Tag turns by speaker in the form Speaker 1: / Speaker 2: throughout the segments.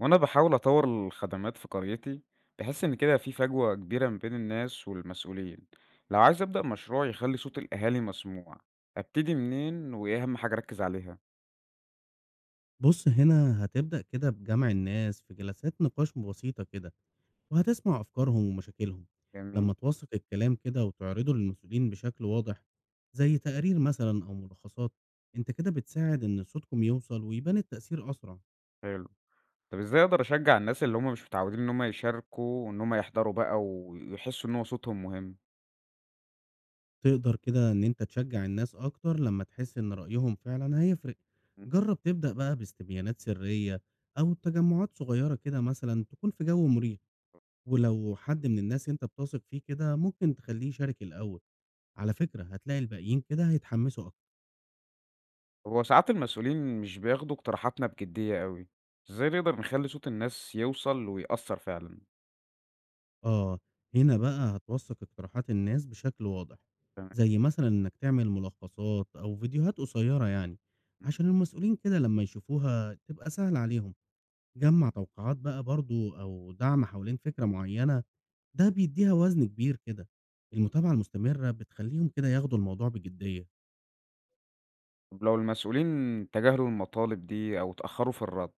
Speaker 1: وأنا بحاول أطور الخدمات في قريتي، بحس إن كده في فجوة كبيرة ما بين الناس والمسؤولين. لو عايز أبدأ مشروع يخلي صوت الأهالي مسموع، أبتدي منين وإيه أهم حاجة أركز عليها؟
Speaker 2: بُص، هنا هتبدأ كده بجمع الناس في جلسات نقاش بسيطة كده، وهتسمع أفكارهم ومشاكلهم.
Speaker 1: جميل.
Speaker 2: لمّا توثق الكلام كده وتعرضه للمسؤولين بشكل واضح، زي تقارير مثلًا أو ملخصات، أنت كده بتساعد إن صوتكم يوصل ويبان التأثير أسرع.
Speaker 1: حلو. طب إزاي أقدر أشجع الناس اللي هم مش متعودين إن هم يشاركوا وإن هم يحضروا بقى ويحسوا إن هو صوتهم مهم؟
Speaker 2: تقدر كده إن أنت تشجع الناس أكتر لمّا تحس إن رأيهم فعلًا هيفرق.
Speaker 1: مم.
Speaker 2: جرب تبدأ بقى باستبيانات سرية أو تجمعات صغيرة كده مثلًا تكون في جو مريح، ولو حد من الناس أنت بتثق فيه كده ممكن تخليه يشارك الأول. على فكرة هتلاقي الباقيين كده هيتحمسوا أكتر.
Speaker 1: هو ساعات المسؤولين مش بياخدوا اقتراحاتنا بجدية قوي. إزاي نقدر نخلي صوت الناس يوصل ويأثر فعلا؟
Speaker 2: آه، هنا بقى هتوثق اقتراحات الناس بشكل واضح،
Speaker 1: تمام.
Speaker 2: زي مثلا إنك تعمل ملخصات أو فيديوهات قصيرة يعني عشان المسؤولين كده لما يشوفوها تبقى سهل عليهم. جمع توقعات بقى برضو أو دعم حوالين فكرة معينة ده بيديها وزن كبير كده. المتابعة المستمرة بتخليهم كده ياخدوا الموضوع بجدية.
Speaker 1: طب لو المسؤولين تجاهلوا المطالب دي أو اتأخروا في الرد،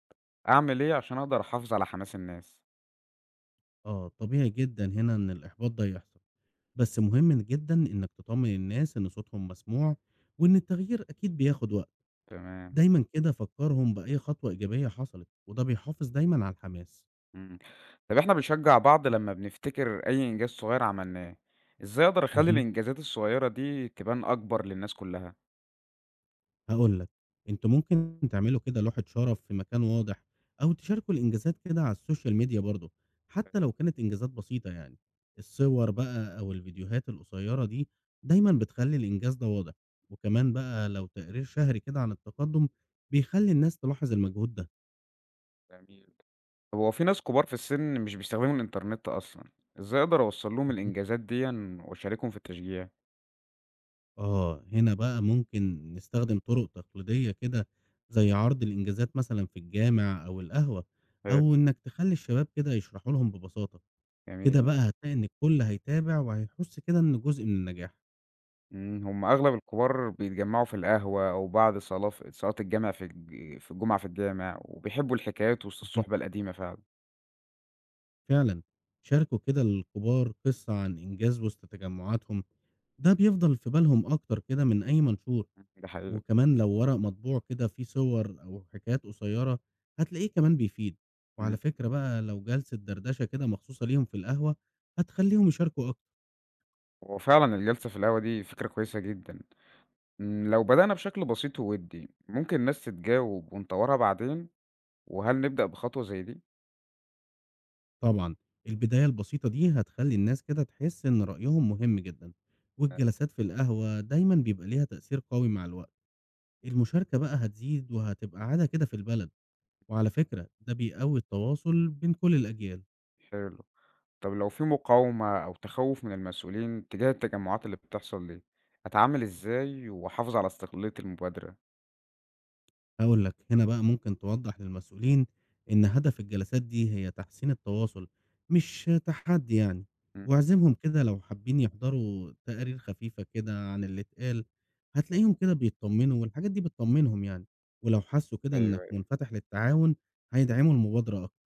Speaker 1: أعمل إيه عشان أقدر أحافظ على حماس الناس؟
Speaker 2: آه، طبيعي جدا هنا إن الإحباط ده يحصل، بس مهم جدًا إنك تطمن الناس إن صوتهم مسموع، وإن التغيير أكيد بياخد وقت،
Speaker 1: تمام.
Speaker 2: دايمًا كده فكّرهم بأي خطوة إيجابية حصلت، وده بيحافظ دايمًا على الحماس.
Speaker 1: إمم. طب إحنا بنشجع بعض لما بنفتكر أي إنجاز صغير عملناه، إزاي أقدر أخلي
Speaker 2: اهم.
Speaker 1: الإنجازات الصغيرة دي تبان أكبر للناس كلها؟
Speaker 2: هاقول لك، أنتم ممكن تعملوا كده لوحة شرف في مكان واضح، أو تشاركوا الإنجازات كده على السوشيال ميديا برضه، حتى
Speaker 1: حلو.
Speaker 2: لو كانت إنجازات بسيطة يعني.
Speaker 1: إمم.
Speaker 2: الصور بقى أو الفيديوهات القصيرة دي دايمًا بتخلّي الإنجاز ده واضح، وكمان بقى لو تقرير شهري كده عن التقدم بيخلّي الناس تلاحظ المجهود.
Speaker 1: جميل. طب هو في ناس كبار في السن مش بيستخدموا الإنترنت أصلًا، إزاي أقدر أوصّل لهم
Speaker 2: ده.
Speaker 1: الإنجازات ديًا وأشاركهم في التشجيع؟
Speaker 2: آه، هنا بقى ممكن نستخدم طرق تقليدية كده زي عرض الإنجازات مثلا في الجامع أو القهوة،
Speaker 1: حلو.
Speaker 2: أو إنك تخلي الشباب كده يشرحوا لهم ببساطة. كده
Speaker 1: جميل.
Speaker 2: بقى هتلاقي إن الكل هيتابع وهيحس كده إنه جزء من النجاح.
Speaker 1: هم أغلب الكبار بيتجمّعوا في القهوة أو بعد صلاة الجامع في الجمعة في الجامع، وبيحبّوا الحكايات وسط الصُحبة القديمة فعلًا.
Speaker 2: فعلا، شاركوا كده الكبار قصة عن إنجاز وسط تجمعاتهم، ده بيفضل في بالهم أكتر كده من أي منشور.
Speaker 1: ده حقيقي.
Speaker 2: وكمان لو ورق مطبوع كده فيه صور أو حكايات قصيرة هتلاقيه كمان بيفيد. وعلى
Speaker 1: إمم،
Speaker 2: فكرة بقى لو جلسة دردشة كده مخصوصة ليهم في القهوة هتخليهم يشاركوا أكتر.
Speaker 1: هو فعلًا الجلسة في القهوة دي فكرة كويسة جدًا. لو بدأنا بشكل بسيط وودي ممكن الناس تتجاوب ونطوّرها بعدين، وهل نبدأ بخطوة زي دي؟
Speaker 2: طبعا، البداية البسيطة دي هتخلي الناس كده تحس إن رأيهم مهم جدا،
Speaker 1: آآ،
Speaker 2: والجلسات في القهوة دايما بيبقى ليها تأثير قوي مع الوقت. المشاركة بقى هتزيد وهتبقى عادة كده في البلد، وعلى فكرة ده بيقوي التواصل بين كل الأجيال.
Speaker 1: حلو. طَب لو في مقاومة أو تخوّف من المسؤولين تجاه التجمعات اللي بتحصل دي، أتعامل إزاي وأحافظ على استقلالية المبادرة؟
Speaker 2: هاقول لك، هنا بقى ممكن توضّح للمسؤولين إن هدف الجلسات دي هي تحسين التواصل، مش تحدّي يعني،
Speaker 1: إمم،
Speaker 2: واعزمهم كده لو حابين يحضروا تقارير خفيفة كده عن اللي اتقال، هتلاقيهم كده بيتطمنوا والحاجات دي بتطمنهم يعني، ولو حسّوا كده إنك
Speaker 1: أيوه.
Speaker 2: منفتح للتعاون هيدعموا المبادرة أكتر.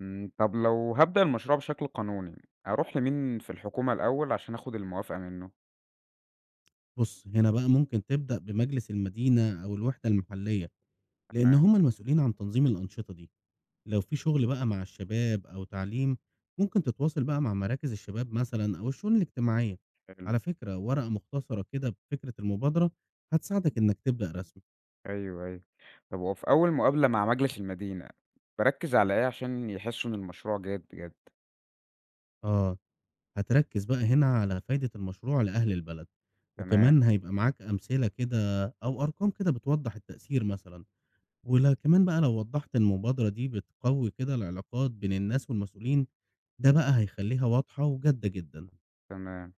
Speaker 1: طب لو هابدأ المشروع بشكل قانوني، أروح لمين في الحكومة الأول عشان آخد الموافقة منه؟
Speaker 2: بُص، هنا بقى ممكن تبدأ بمجلس المدينة أو الوحدة المحلية، لإن
Speaker 1: تمام.
Speaker 2: هم المسؤولين عن تنظيم الأنشطة دي. لو في شغل بقى مع الشباب أو تعليم ممكن تتواصل بقى مع مراكز الشباب مثلا أو الشؤون الاجتماعية.
Speaker 1: حلو.
Speaker 2: على فكرة ورقة مختصرة كده بفكرة المبادرة هتساعدك إنك تبدأ رسمي.
Speaker 1: أيوه، أيوه. طب وفي أول مقابلة مع مجلس المدينة، باركّز على إيه عشان يحسّوا إن المشروع جاد بجد؟
Speaker 2: آه، هتركز بقى هنا على فايدة المشروع لأهل البلد،
Speaker 1: تمام.
Speaker 2: وكمان هيبقى معاك أمثلة كده أو أرقام كده بتوضح التأثير مثلا، ولا كمان بقى لو وضحت المبادرة دي بتقوي كده العلاقات بين الناس والمسؤولين، ده بقى هيخليها واضحة وجادة جدا.
Speaker 1: تمام.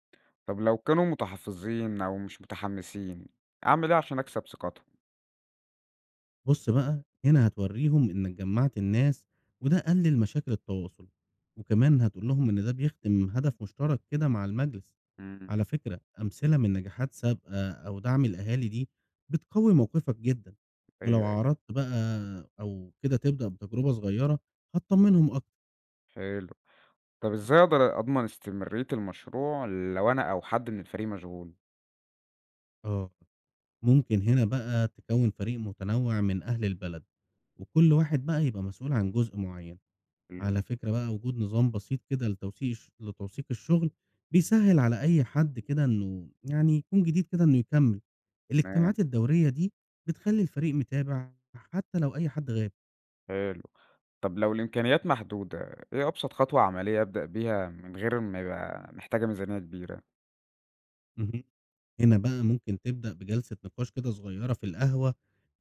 Speaker 1: طب لو كانوا متحفظين أو مش متحمسين، أعمل إيه عشان أكسب ثقتهم؟
Speaker 2: بُص بقى، هنا هتورّيهم إنك جمّعت الناس وده قلِّل مشاكل التواصل، وكمان هتقول لهم إن ده بيخدم هدف مشترك كده مع المجلس.
Speaker 1: إمم،
Speaker 2: على فكرة أمثلة من نجاحات سابقة أو دعم الأهالي دي بتقوي موقفك جدًا،
Speaker 1: أيوه،
Speaker 2: ولو
Speaker 1: أيوه،
Speaker 2: عرضت بقى أو كده تبدأ بتجربة صغيرة هتطمنهم أكتر.
Speaker 1: حلو. طب إزاي أقدر أضمن استمرارية المشروع لو أنا أو حد من الفريق مشغول؟
Speaker 2: آه. ممكن هنا بقى تكوّن فريق متنوع من أهل البلد، وكل واحد بقى يبقى مسؤول عن جزء معيّن.
Speaker 1: حلو.
Speaker 2: على فكرة بقى وجود نظام بسيط كده لتوثيق الشغل بيسهل على أي حد كده إنه يعني يكون جديد كده إنه يكمل.
Speaker 1: تمام.
Speaker 2: الاجتماعات الدورية دي بتخلي الفريق متابع حتى لو أي حد غاب.
Speaker 1: حلو. طب لو الإمكانيات محدودة، إيه أبسط خطوة عملية أبدأ بيها من غير ما يبقى محتاجة ميزانية كبيرة؟
Speaker 2: مهم. هنا بقى ممكن تبدأ بجلسة نقاش كده صغيرة في القهوة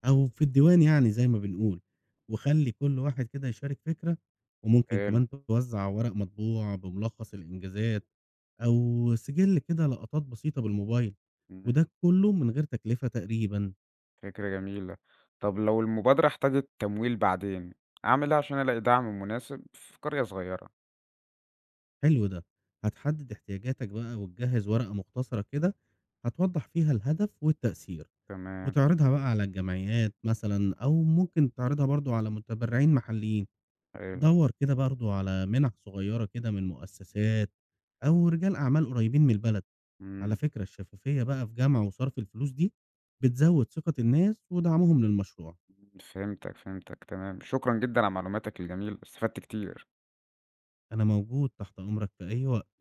Speaker 2: أو في الديوان يعني زي ما بنقول، وخلي كل واحد كده يشارك فكرة، وممكن
Speaker 1: حلو.
Speaker 2: كمان توزع ورق مطبوع بملخص الإنجازات أو سجِلّ كده لقطات بسيطة بالموبايل،
Speaker 1: إمم،
Speaker 2: وده كلّه من غير تكلفة تقريبًا.
Speaker 1: فكرة جميلة. طب لو المبادرة احتاجت تمويل بعدين، أعمل إيه عشان ألاقي دعم مناسب في قرية صغيرة؟
Speaker 2: حلو ده، هتحدد احتياجاتك بقى وتجهّز ورقة مختصرة كده هتوضّح فيها الهدف والتأثير،
Speaker 1: تمام.
Speaker 2: وتعرضها بقى على الجمعيات مثلًا أو ممكن تعرضها برضه على متبرعين محليين،
Speaker 1: حلو.
Speaker 2: دَوّر كده برضه على مِنَح صغيّرة كده من مؤسسات أو رجال أعمال قريّبين من البلد، على
Speaker 1: إمم،
Speaker 2: فكرة الشفافية بقى في جمع وصرف الفلوس دي بتزوّد ثقة الناس ودعمهم للمشروع.
Speaker 1: فهمتك، فهمتك، تمام. شكرًا جدًا على معلوماتك الجميلة، استفدت كتير.
Speaker 2: أنا موجود تحت أمرك في أي وقت.